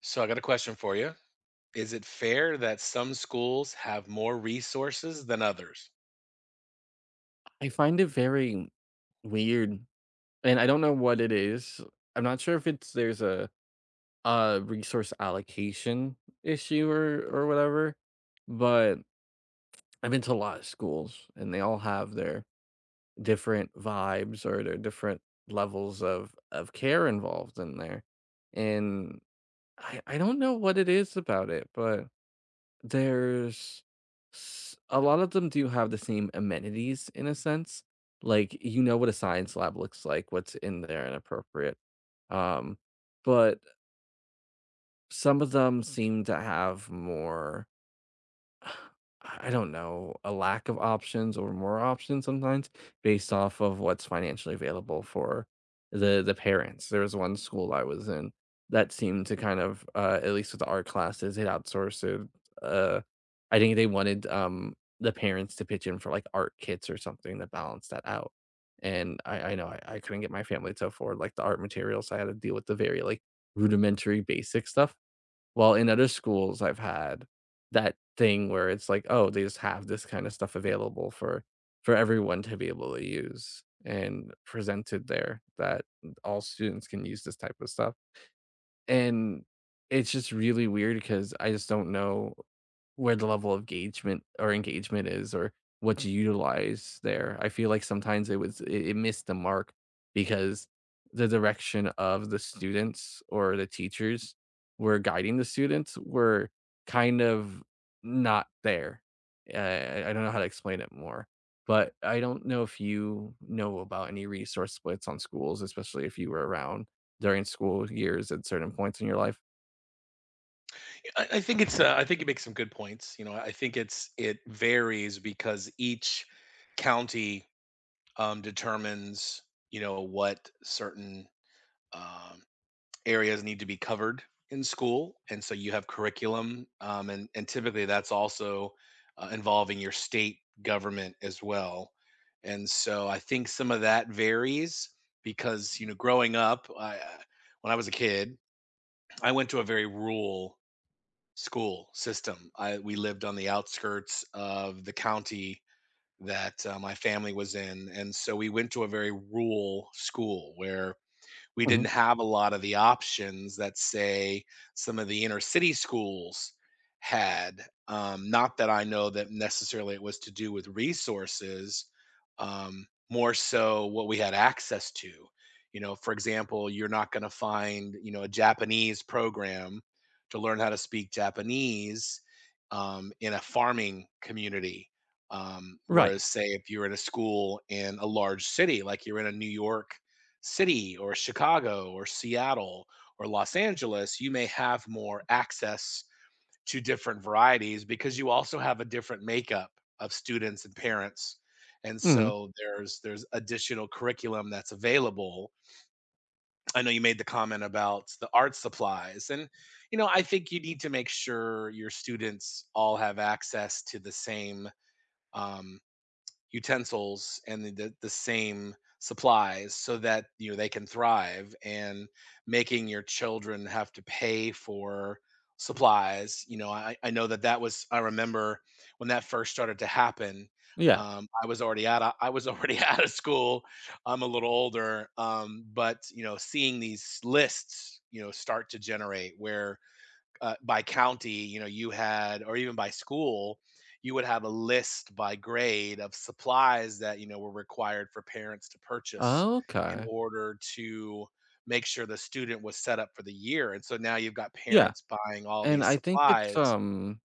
So I got a question for you. Is it fair that some schools have more resources than others? I find it very weird, and I don't know what it is. I'm not sure if it's there's a resource allocation issue or whatever, but I've been to a lot of schools and they all have their different vibes or their different levels of care involved in there. And I don't know what it is about it, but there's s a lot of them do have the same amenities in a sense, like, you know what a science lab looks like, what's in there and appropriate, um, but some of them seem to have more I don't know, a lack of options or more options sometimes based off of what's financially available for the parents. There was one school I was in that seemed to kind of, at least with the art classes, it outsourced it. Uh, I think they wanted, the parents to pitch in for, like, art kits or something to balance that out, and I know I couldn't get my family to afford, like, the art materials, so I had to deal with the very, like, rudimentary basic stuff. While in other schools, I've had that thing where it's like, "Oh, they just have this kinda stuff available for everyone to be able to use and presented there that all students can use this type of stuff." And it's just really weird because I just don't know where the level of engagement or engagement is or what to utilize there. I feel like sometimes it missed the mark because the direction of the students or the teachers were guiding the students were kind of not there. I don't know how to explain it more, but I don't know if you know about any resource splits on schools, especially if you were around. During school years at certain points in your life? I think it's. I think you make some good points. You know, I think it varies because each county determines you know what certain um, areas need to be covered in school, and so you have curriculum, and typically that's also involving your state government as well. And so I think some of that varies because you know growing up, when I was a kid, I went to a very rural school system. I we lived on the outskirts of the county that my family was in, and so we went to a very rural school where we Mhm. didn't have a lot of the options that say some of the inner city schools had. Not that I know that necessarily it was to do with resources, more so what we had access to. You know, for example, you're not going to find you know a Japanese program to learn how to speak Japanese in a farming community. Right. Whereas, say, if you're in a school in a large city, like you're in a New York city or Chicago or Seattle or Los Angeles, you may have more access to different varieties because you also have a different makeup of students and parents. And Mhm. so there's additional curriculum that's available. I know you made the comment about the art supplies and you know I think you need to make sure your students all have access to the same um, utensils and the same supplies so that, you know, they can thrive and making your children have to pay for supplies, you know, I know that that was I remember when that first started to happen, Yeah. I was already out of I was already out of school. I'm a little older, but, you know, seeing these lists, you know, start to generate where by county, you know, you had, or even by school, you would have a list by grade of supplies that, you know, were required for parents to purchase in Okay. order to make sure the student was set up for the year. And so now you've got Yeah, parents buying all and these I think it's, supplies. um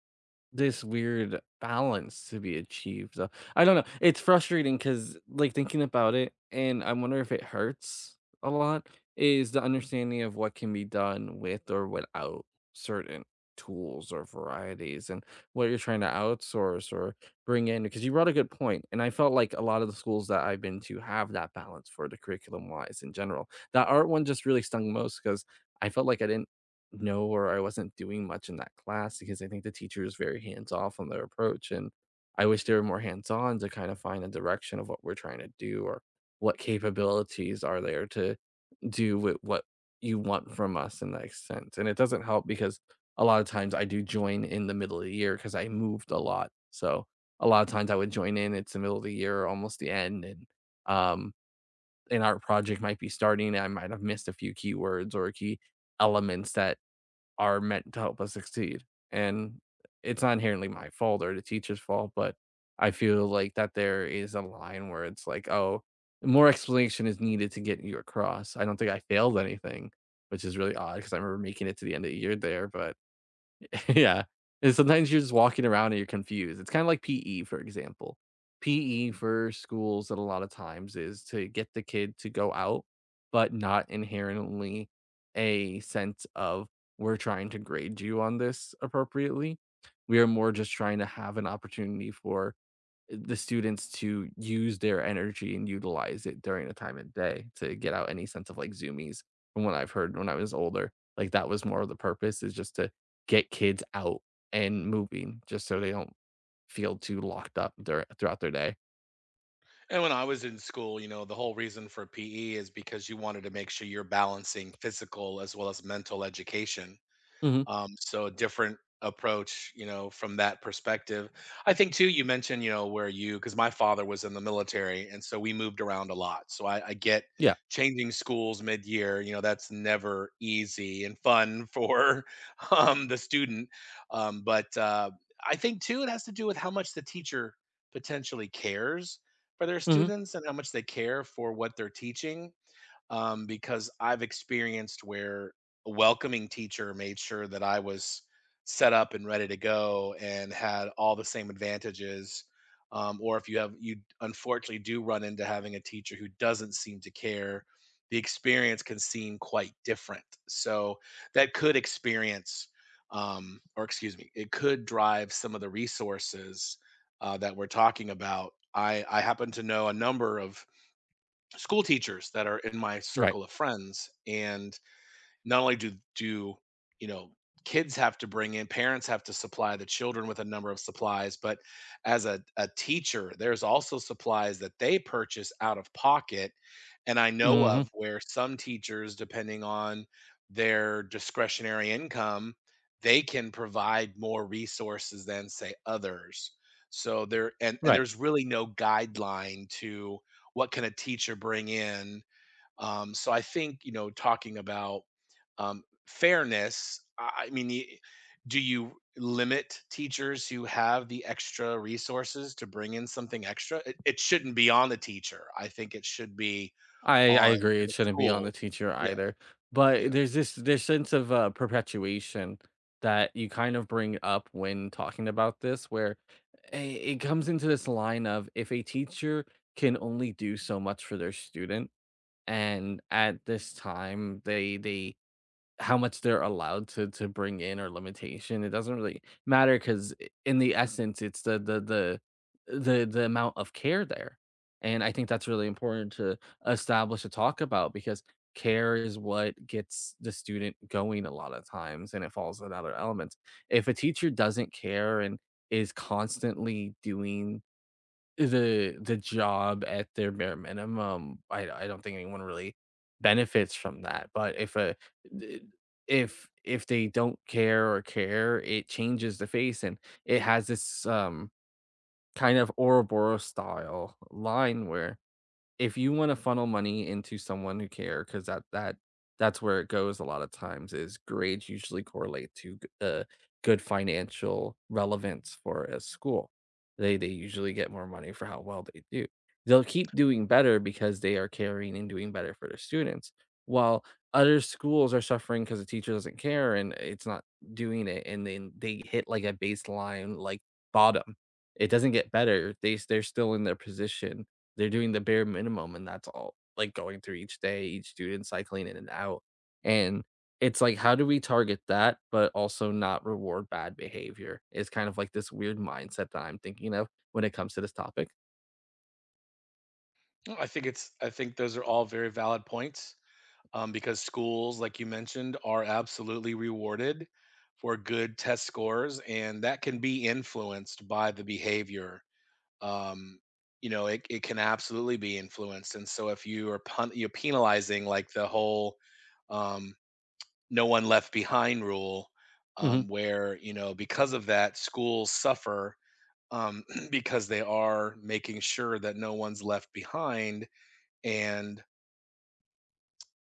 this weird balance to be achieved, though. I don't know. It's frustrating because, like, thinking about it, and I wonder if it hurts a lot, is the understanding of what can be done with or without certain tools or varieties and what you're trying to outsource or bring in, because you brought a good point, and I felt like a lot of the schools that I've been to have that balance for the curriculum-wise in general. That art one just really stung most because I felt like I didn't know or I wasn't doing much in that class because I think the teacher is very hands off on their approach. And I wish they were more hands on to kind of find a direction of what we're trying to do or what capabilities are there to do with what you want from us in that sense. And it doesn't help because a lot of times I do join in the middle of the year because I moved a lot. So a lot of times I would join in, it's the middle of the year, almost the end. And um, an art project might be starting. I might have missed a few keywords or key elements that are meant to help us succeed. And it's not inherently my fault or the teacher's fault, but I feel like that there is a line where it's like, oh, more explanation is needed to get you across. I don't think I failed anything, which is really odd because I remember making it to the end of the year there, but yeah. And sometimes you're just walking around and you're confused. It's kind of like PE, for example. PE for schools that a lot of times is to get the kid to go out, but not inherently a sense of we're trying to grade you on this appropriately. We are more just trying to have an opportunity for the students to use their energy and utilize it during the time of day to get out any sense of, like, Zoomies from what I've heard when I was older, like, that was more of the purpose is just to get kids out and moving just so they don't feel too locked up dur throughout their day. And when I was in school, you know, the whole reason for PE is because you wanted to make sure you're balancing physical as well as mental education. Mhm. So a different approach, you know, from that perspective. I think too, you mentioned, you know, where you because my father was in the military, and so we moved around a lot. So I get Yeah. changing schools mid-year. You know, that's never easy and fun for the student. But I think too, it has to do with how much the teacher potentially cares for their Mhm. students and how much they care for what they're teaching because I've experienced where a welcoming teacher made sure that I was set up and ready to go and had all the same advantages. Or if you have, you unfortunately do run into having a teacher who doesn't seem to care, the experience can seem quite different. So that could experience, or excuse me, it could drive some of the resources that we're talking about. I happen to know a number of school teachers that are in my Right. circle of friends and not only do you know kids have to bring in parents have to supply the children with a number of supplies but as a teacher there's also supplies that they purchase out of pocket and I know Mhm. of where some teachers depending on their discretionary income they can provide more resources than say others so there and Right. there's really no guideline to what can a teacher bring in so I think you know, talking about fairness. I mean, do you limit teachers who have the extra resources to bring in something extra? It shouldn't be on the teacher. I think it should be I on agree, it the shouldn't be on the school. teacher Yeah, either, yeah. but there's this sense of, perpetuation that you kind of bring up when talking about this where I it comes into this line of if a teacher can only do so much for their student, and at this time, they how much they're allowed to bring in or limitation, it doesn't really matter because in the essence, it's the amount of care there, and I think that's really important to establish and talk about because care is what gets the student going a lot of times, and it falls on other elements. If a teacher doesn't care and is constantly doing the job at their bare minimum, I don't think anyone really benefits from that, but if a d if they don't care or care, it changes the face, and it has this kind of Ouroboros style line where if you wanna funnel money into someone who care, because that that's where it goes a lot of times is grades usually correlate to g good financial relevance for a school. They usually get more money for how well they do. They'll keep doing better because they are caring and doing better for their students, while other schools are suffering because the teacher doesn't care and it's not doing it, and then they hit, like, a baseline, like, bottom. It doesn't get better. They're still in their position they're doing the bare minimum, and that's all, like, going through each day, each student cycling in and out, and it's like, how do we target that, but also not reward bad behavior? It's kind of like this weird mindset that I'm thinking of when it comes to this topic. No, I think it's. I think those are all very valid points because schools, like you mentioned, are absolutely rewarded for good test scores, and that can be influenced by the behavior um, you know, it can absolutely be influenced. And so if you are you're penalizing like the whole um, no one left behind rule, Mhm, where you know because of that schools suffer um, because they are making sure that no one's left behind, and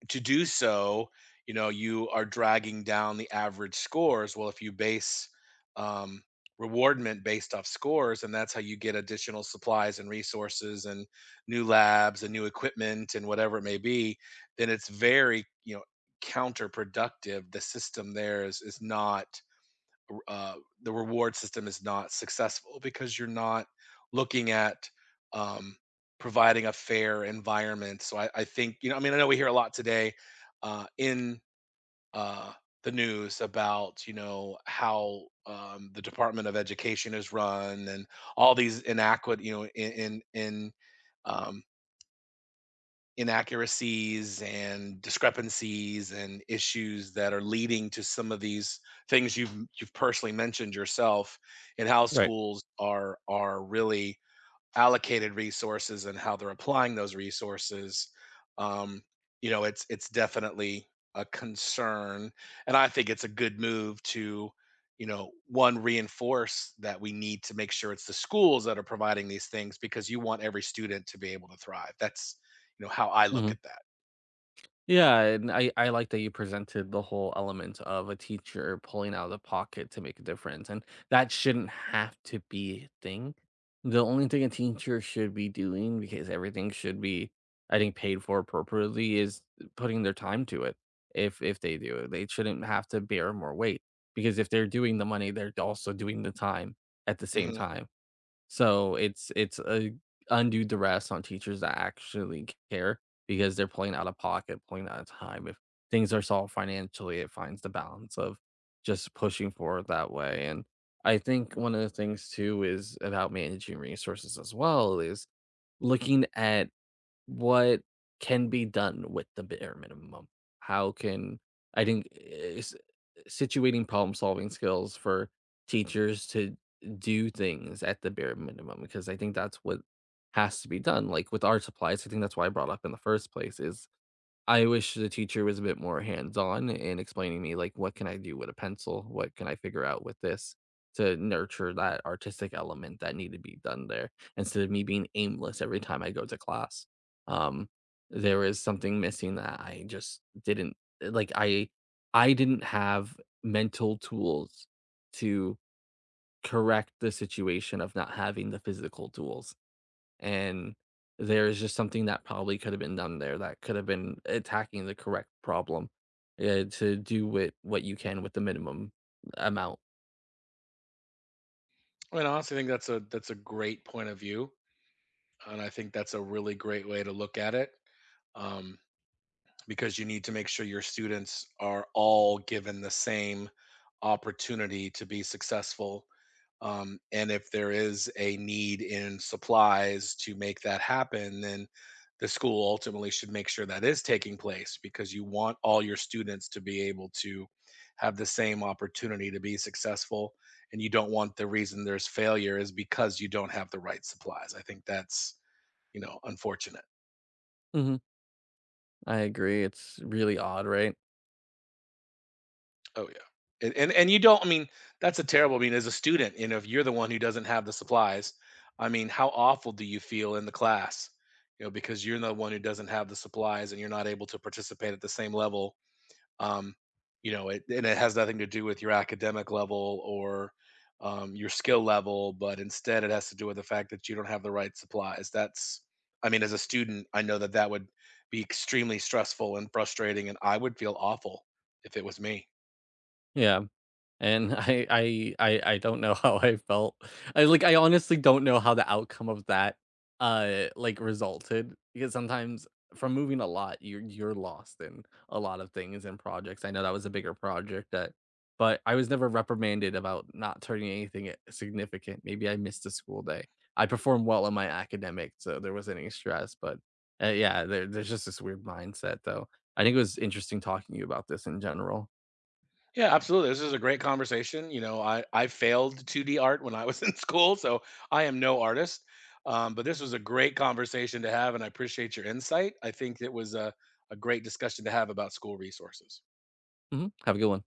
to do so, you know, you are dragging down the average scores. Well, if you base um, rewardment based off scores, and that's how you get additional supplies and resources and new labs and new equipment and whatever it may be, then it's very, you know, counterproductive. The system there is not uh, the reward system is not successful because you're not looking at um, providing a fair environment. So I think you know. I mean, I know we hear a lot today in uh, the news about you know how the Department of Education is run and all these inadequate you know in um, inaccuracies and discrepancies and issues that are leading to some of these things you've personally mentioned yourself and how right, schools are really allocated resources and how they're applying those resources um, you know it's definitely a concern and I think it's a good move to you know one reinforce that we need to make sure it's the schools that are providing these things because you want every student to be able to thrive that's you know how I look mhm. at that. Yeah, and I like that you presented the whole element of a teacher pulling out of the pocket to make a difference, and that shouldn't have to be a thing. The only thing a teacher should be doing, because everything should be, I think, paid for appropriately, is putting their time to it. If they do it, they shouldn't have to bear more weight because if they're doing the money, they're also doing the time at the same Hmm. time. So it's a undue duress on teachers that actually care because they're pulling out of pocket, pulling out of time. If things are solved financially, it finds the balance of just pushing forward that way. And I think one of the things too is about managing resources as well is looking at what can be done with the bare minimum? How can I think is situating problem solving skills for teachers to do things at the bare minimum because I think that's what has to be done. Like with art supplies, I think that's why I brought up in the first place is I wish the teacher was a bit more hands-on in explaining me, like, what can I do with a pencil? What can I figure out with this to nurture that artistic element that need to be done there, instead of me being aimless every time I go to class. Um, there was something missing that I just didn't like, I didn't have mental tools to correct the situation of not having the physical tools and there is just something that probably could have been done there that could have been attacking the correct problem to do with what you can with the minimum amount. I mean honestly I think that's a great point of view and I think that's a really great way to look at it um, because you need to make sure your students are all given the same opportunity to be successful. And if there is a need in supplies to make that happen, then the school ultimately should make sure that is taking place because you want all your students to be able to have the same opportunity to be successful. And you don't want the reason there's failure is because you don't have the right supplies. I think that's, you know, unfortunate. Hmm. I agree. It's really odd, right? Oh yeah. And you don't I mean, that's a terrible I mean, as a student, you know, if you're the one who doesn't have the supplies, I mean, how awful do you feel in the class? You know, because you're the one who doesn't have the supplies and you're not able to participate at the same level. Um, you know, and it has nothing to do with your academic level or your skill level, but instead it has to do with the fact that you don't have the right supplies. That's, I mean, as a student, I know that that would be extremely stressful and frustrating, and I would feel awful if it was me. Yeah. And I don't know how I felt. I, like, I honestly don't know how the outcome of that, like, resulted, because sometimes from moving a lot, you're lost in a lot of things and projects. I know that was a bigger project that but I was never reprimanded about not turning anything I significant. Maybe I missed a school day. I performed well on my academic, so there wasn't any stress, but, yeah, there's just this weird mindset, though. I think it was interesting talking to you about this in general. Yeah, absolutely. This is a great conversation. You know, I failed 2D art when I was in school, so I am no artist. But this was a great conversation to have, and I appreciate your insight. I think it was a great discussion to have about school resources. Mhm. Have a good one.